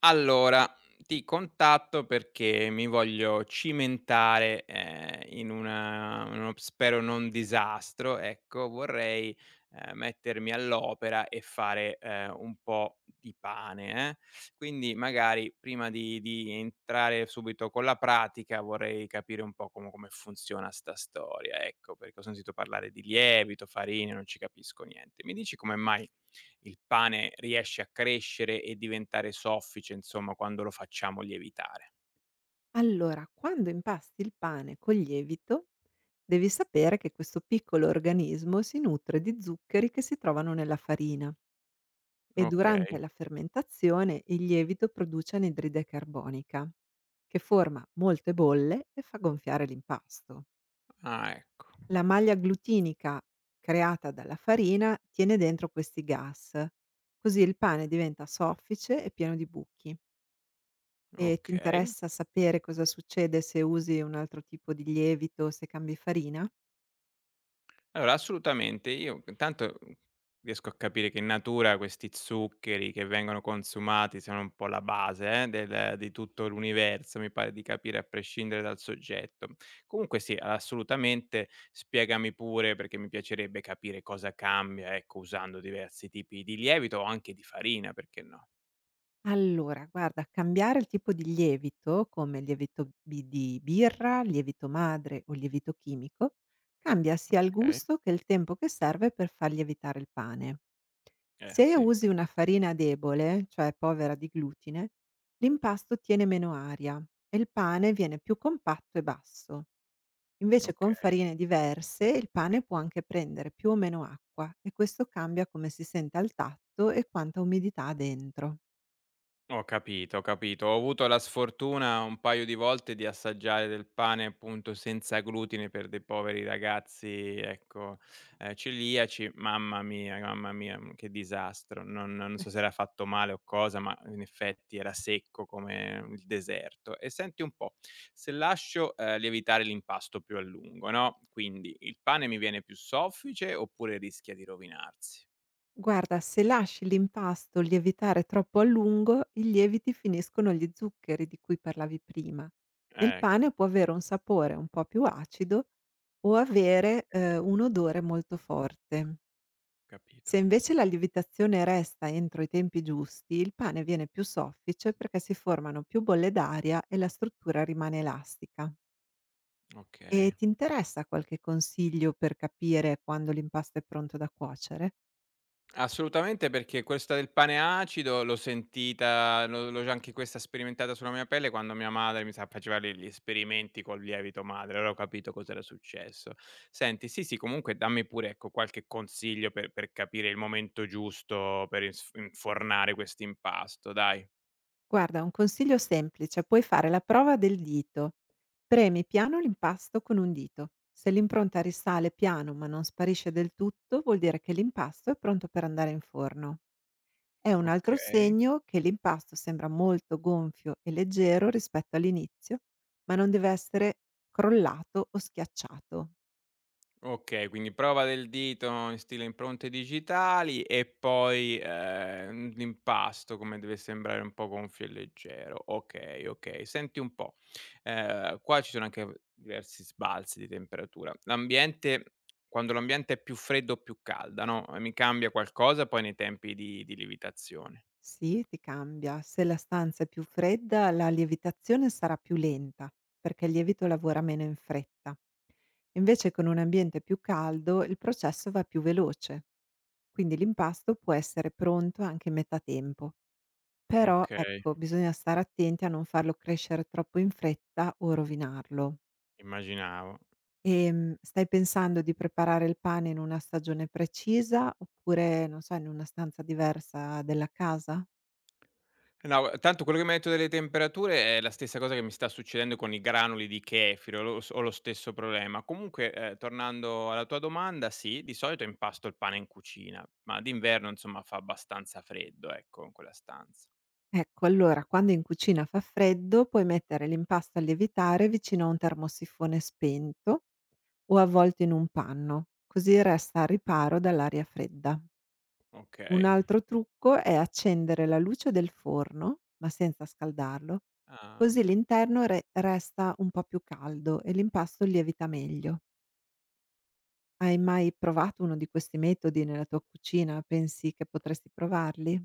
Allora, ti contatto perché mi voglio cimentare, in uno spero non disastro, ecco, vorrei, mettermi all'opera e fare, un po' di pane, eh. Quindi magari prima di entrare subito con la pratica vorrei capire un po' come funziona 'sta storia, ecco, perché ho sentito parlare di lievito, farine, non ci capisco niente. Mi dici come mai il pane riesce a crescere e diventare soffice, insomma, quando lo facciamo lievitare. Allora, quando impasti il pane col lievito, devi sapere che questo piccolo organismo si nutre di zuccheri che si trovano nella farina e durante Okay. la fermentazione il lievito produce anidride carbonica, che forma molte bolle e fa gonfiare l'impasto. Ah, ecco. La maglia glutinica creata dalla farina tiene dentro questi gas, così il pane diventa soffice e pieno di buchi. E ti Okay. interessa sapere cosa succede se usi un altro tipo di lievito, se cambi farina? Allora assolutamente, io intanto, riesco a capire che in natura questi zuccheri che vengono consumati sono un po' la base, del di tutto l'universo, mi pare di capire a prescindere dal soggetto. Comunque sì, assolutamente, spiegami pure, perché mi piacerebbe capire cosa cambia, ecco, usando diversi tipi di lievito o anche di farina, perché no? Allora, guarda, cambiare il tipo di lievito, come il lievito di birra, lievito madre o lievito chimico, cambia sia il Okay. gusto che il tempo che serve per far lievitare il pane. Se Sì, usi infa una farina debole, cioè povera di glutine, l'impasto tiene meno aria e il pane viene più compatto e basso. Invece con okay. farine diverse il pane può anche prendere più o meno acqua e questo cambia come si sente al tatto e quanta umidità ha dentro. Ho capito, ho capito. Ho avuto la sfortuna un paio di volte di assaggiare del pane, appunto, senza glutine per dei poveri ragazzi, ecco, celiaci. Mamma mia, che disastro. Non so se era fatto male o cosa, ma in effetti era secco come il deserto. E senti un po', se lascio, lievitare l'impasto più a lungo, no, quindi il pane mi viene più soffice oppure rischia di rovinarsi? Guarda, se lasci l'impasto lievitare troppo a lungo, i lieviti finiscono gli zuccheri di cui parlavi prima. Il Ecco, pane può avere un sapore un po' più acido o avere sì, un odore molto forte. capito. Se invece la lievitazione resta entro i tempi giusti, il pane viene più soffice perché si formano più bolle d'aria e la struttura rimane elastica. E Okay. ti interessa qualche consiglio per capire quando l'impasto è pronto da cuocere? Assolutamente, perché questa del pane acido l'ho sentita l'ho già anche questa sperimentata sulla mia pelle quando mia madre mi sa faceva le gli esperimenti col lievito madre, allora ho capito cos'era successo. Senti, sì, sì, comunque dammi pure, ecco, qualche consiglio per capire il momento giusto per ins infornare quest'impasto, dai. Guarda, un consiglio semplice, puoi fare la prova del dito. Premi piano l'impasto con un dito. Se l'impronta risale piano ma non sparisce del tutto, vuol dire che l'impasto è pronto per andare in forno. È un altro Okay. segno che l'impasto sembra molto gonfio e leggero rispetto all'inizio, ma non deve essere crollato o schiacciato. Okay, quindi prova del dito in stile impronte digitali e poi, l'impasto come deve sembrare un po' gonfio e leggero. Okay, okay. Senti un po', qua ci sono anche v diversi sbalzi di temperatura. L'ambiente quando l'ambiente è più freddo o più calda, no, mi cambia qualcosa poi nei tempi di lievitazione? Sì, ti cambia. Se la stanza è più fredda, la lievitazione sarà più lenta, perché il lievito lavora meno in fretta. Invece con un ambiente più caldo il processo va più veloce, quindi l'impasto può essere pronto anche in metà tempo. Però Okay, ecco, bisogna stare attenti a non farlo crescere troppo in fretta o rovinarlo. immaginavo. Stai pensando di preparare il pane in una stagione precisa oppure, non so, in una stanza diversa della casa? No, tanto quello che mi hai detto delle temperature è la stessa cosa che mi sta succedendo con i granuli di kefir, ho lo stesso problema. Comunque, tornando alla tua domanda, sì, di solito impasto il pane in cucina, ma d'inverno, insomma, fa abbastanza freddo, ecco, in quella stanza. Ecco, allora quando in cucina fa freddo puoi mettere l'impasto a lievitare vicino a un termosifone spento o avvolto in un panno, così resta a riparo dall'aria fredda. Un Okay. altro trucco è accendere la luce del forno, ma senza scaldarlo, Ah. così l'interno resta un po' più caldo e l'impasto lievita meglio. Hai mai provato uno di questi metodi nella tua cucina? Pensi che potresti provarli?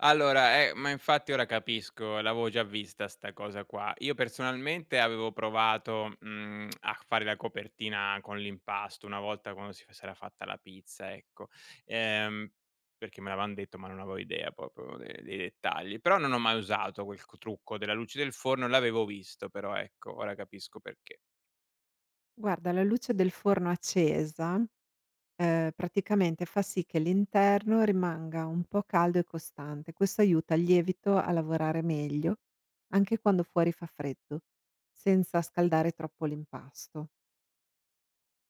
Allora, ma infatti ora capisco, l'avevo già vista 'sta cosa qua. Io personalmente avevo provato, a fare la copertina con l'impasto una volta quando si f s'era fatta la pizza, ecco. Ehm, Perché me l'avevan detto, ma non avevo idea proprio de dei dettagli. Però non ho mai usato quel c trucco della luce del forno, l'avevo visto però, ecco, ora capisco perché. Guarda, la luce del forno accesa, praticamente fa sì che l'interno rimanga un po' caldo e costante. Questo aiuta il lievito a lavorare meglio, anche quando fuori fa freddo, senza scaldare troppo l'impasto.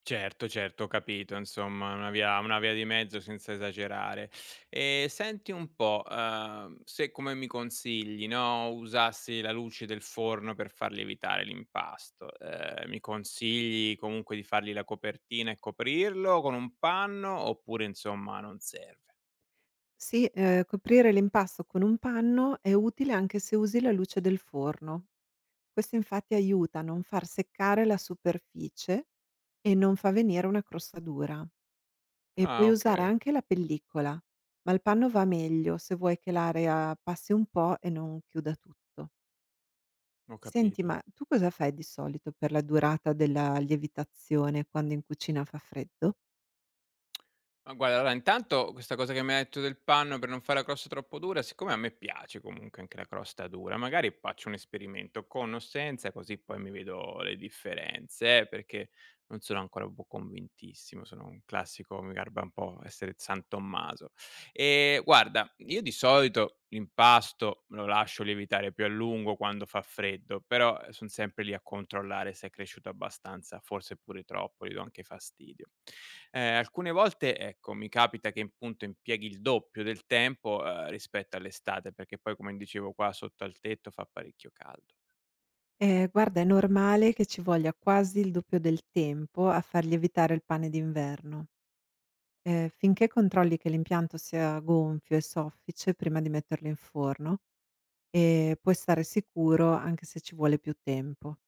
Certo, certo, ho capito, insomma, una via di mezzo senza esagerare. Senti un po', se come mi consigli, no, usassi la luce del forno per far lievitare l'impasto, mi consigli comunque di fargli la copertina e coprirlo con un panno oppure, insomma, non serve? Sì, coprire l'impasto con un panno è utile anche se usi la luce del forno. Questo infatti aiuta a non far seccare la superficie e non fa venire una crosta dura. E Ah, puoi usare okay, anche la pellicola, ma il panno va meglio se vuoi che l'area passi un po' e non chiuda tutto. ho Senti, capito. ma tu cosa fai di solito per la durata della lievitazione quando in cucina fa freddo? Ma guarda, allora intanto questa cosa che mi hai detto del panno per non fare la crosta troppo dura, siccome a me piace comunque anche la crosta dura, magari faccio un esperimento con o senza, così poi mi vedo le differenze, perché non sono ancora un po' convintissimo, sono un classico, mi garba un po' essere San Tommaso. E guarda, io di solito l'impasto lo lascio lievitare più a lungo quando fa freddo, però sono sempre lì a controllare se è cresciuto abbastanza, forse pure troppo, gli do anche fastidio. Alcune volte, ecco, mi capita che appunto impieghi il doppio del tempo, rispetto all'estate, perché poi come dicevo qua sotto al tetto fa parecchio caldo. Guarda, è normale che ci voglia quasi il doppio del tempo a far lievitare il pane d'inverno. Finché controlli che l'impianto sia gonfio e soffice prima di metterlo in forno e puoi stare sicuro anche se ci vuole più tempo.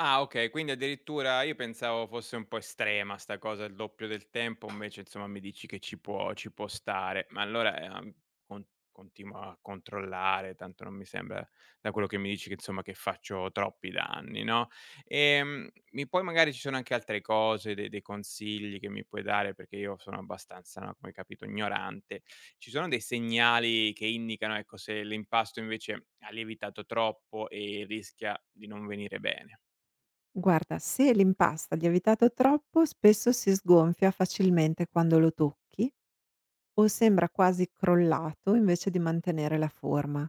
Ah, okay, quindi addirittura io pensavo fosse un po' estrema 'sta cosa, il doppio del tempo, invece insomma mi dici che ci può stare. Ma allora, continuo a controllare, tanto non mi sembra da quello che mi dici che insomma che faccio troppi danni, no. Mi puoi magari ci sono anche altre cose, de dei consigli che mi puoi dare, perché io sono abbastanza, no, come hai capito, ignorante. Ci sono dei segnali che indicano, ecco, se l'impasto invece ha lievitato troppo e rischia di non venire bene? Guarda, se l'impasto è lievitato troppo, spesso si sgonfia facilmente quando lo tocchi o sembra quasi crollato invece di mantenere la forma.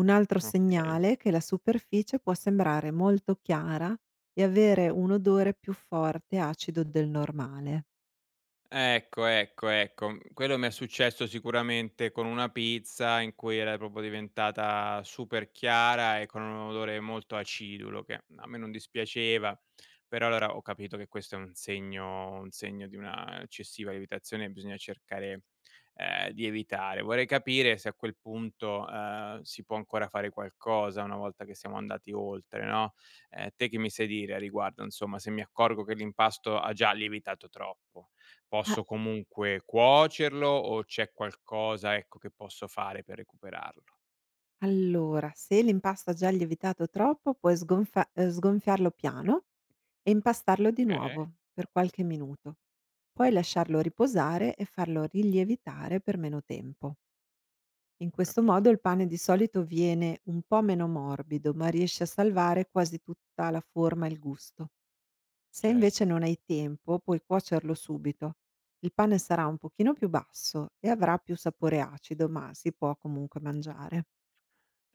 Un altro Okay. segnale è che la superficie può sembrare molto chiara e avere un odore più forte e acido del normale. Ecco, ecco, ecco. Mhmm, Quello mi è successo sicuramente con una pizza in cui era proprio diventata super chiara e con un odore molto acidulo che a me non dispiaceva, però allora ho capito che questo è un segno di una eccessiva lievitazione e bisogna cercare, di evitare. Vorrei capire se a quel punto, si può ancora fare qualcosa una volta che siamo andati oltre, no, te che mi sai dire a riguardo, insomma, se mi accorgo che l'impasto ha già lievitato troppo? Ah. Posso comunque cuocerlo o c'è qualcosa, ecco, che posso fare per recuperarlo? Allora, se l'impasto ha già lievitato troppo, puoi sgonfiarlo piano e impastarlo di Okay, nuovo per qualche minuto. Poi lasciarlo riposare e farlo rilievitare per meno tempo. In ho questo modo capito, il pane di solito viene un po' meno morbido, ma riesce a salvare quasi tutta la forma e il gusto. Se invece certo. non hai tempo, puoi cuocerlo subito. Il pane sarà un pochino più basso e avrà più sapore acido, ma si può comunque mangiare.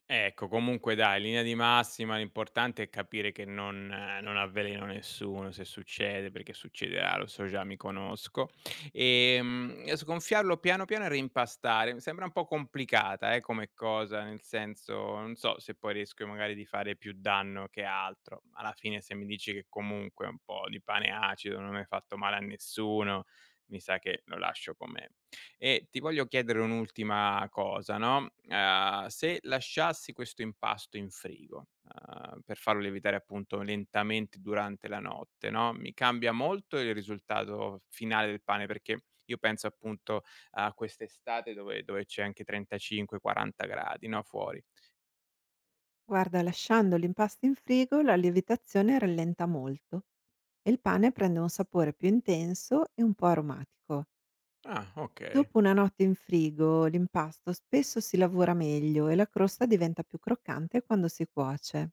Ecco, comunque dai, linea di massima l'importante è capire che non avveleno nessuno, se succede, perché succederà, lo so già, mi conosco. E sgonfiarlo piano piano e reimpastare. Mi sembra un po' complicata, come cosa, nel senso, non so se poi rischio magari di fare più danno che altro. Alla fine se mi dici che comunque un po' di pane acido non mi hai fatto male a nessuno, mi sa che lo lascio com'è. E ti voglio chiedere un'ultima cosa, no, se lasciassi questo impasto in frigo, per farlo lievitare appunto lentamente durante la notte, no, mi cambia molto il risultato finale del pane, perché io penso appunto a quest'estate dove c'è anche 35, 40 gradi, no, fuori. Guarda, lasciando l'impasto in frigo, la lievitazione rallenta molto e il pane prende un sapore più intenso e un po' aromatico. Ah, okay. Dopo una notte in frigo, l'impasto spesso si lavora meglio e la crosta diventa più croccante quando si cuoce.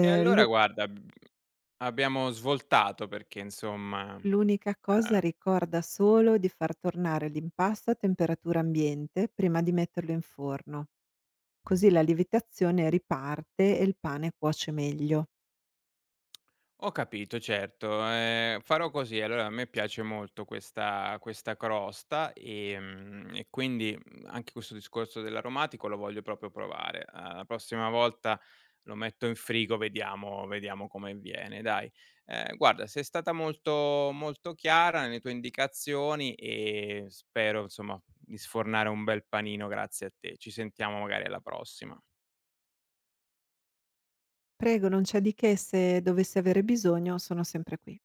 E allora l'u- guarda, abbiamo svoltato perché insomma, ehm L'unica cosa ricorda solo di far tornare l'impasto a temperatura ambiente prima di metterlo in forno, così la lievitazione riparte e il pane cuoce meglio. Ho capito, certo. Farò così. Allora a me piace molto questa crosta, e quindi, anche questo discorso dell'aromatico lo voglio proprio provare. La prossima volta lo metto in frigo, vediamo vediamo come viene, dai. Guarda, sei stata molto molto chiara nelle tue indicazioni e spero, insomma, di sfornare un bel panino grazie a te. Ci sentiamo magari alla prossima. Prego, non c'è di che, se dovessi avere bisogno sono sempre qui.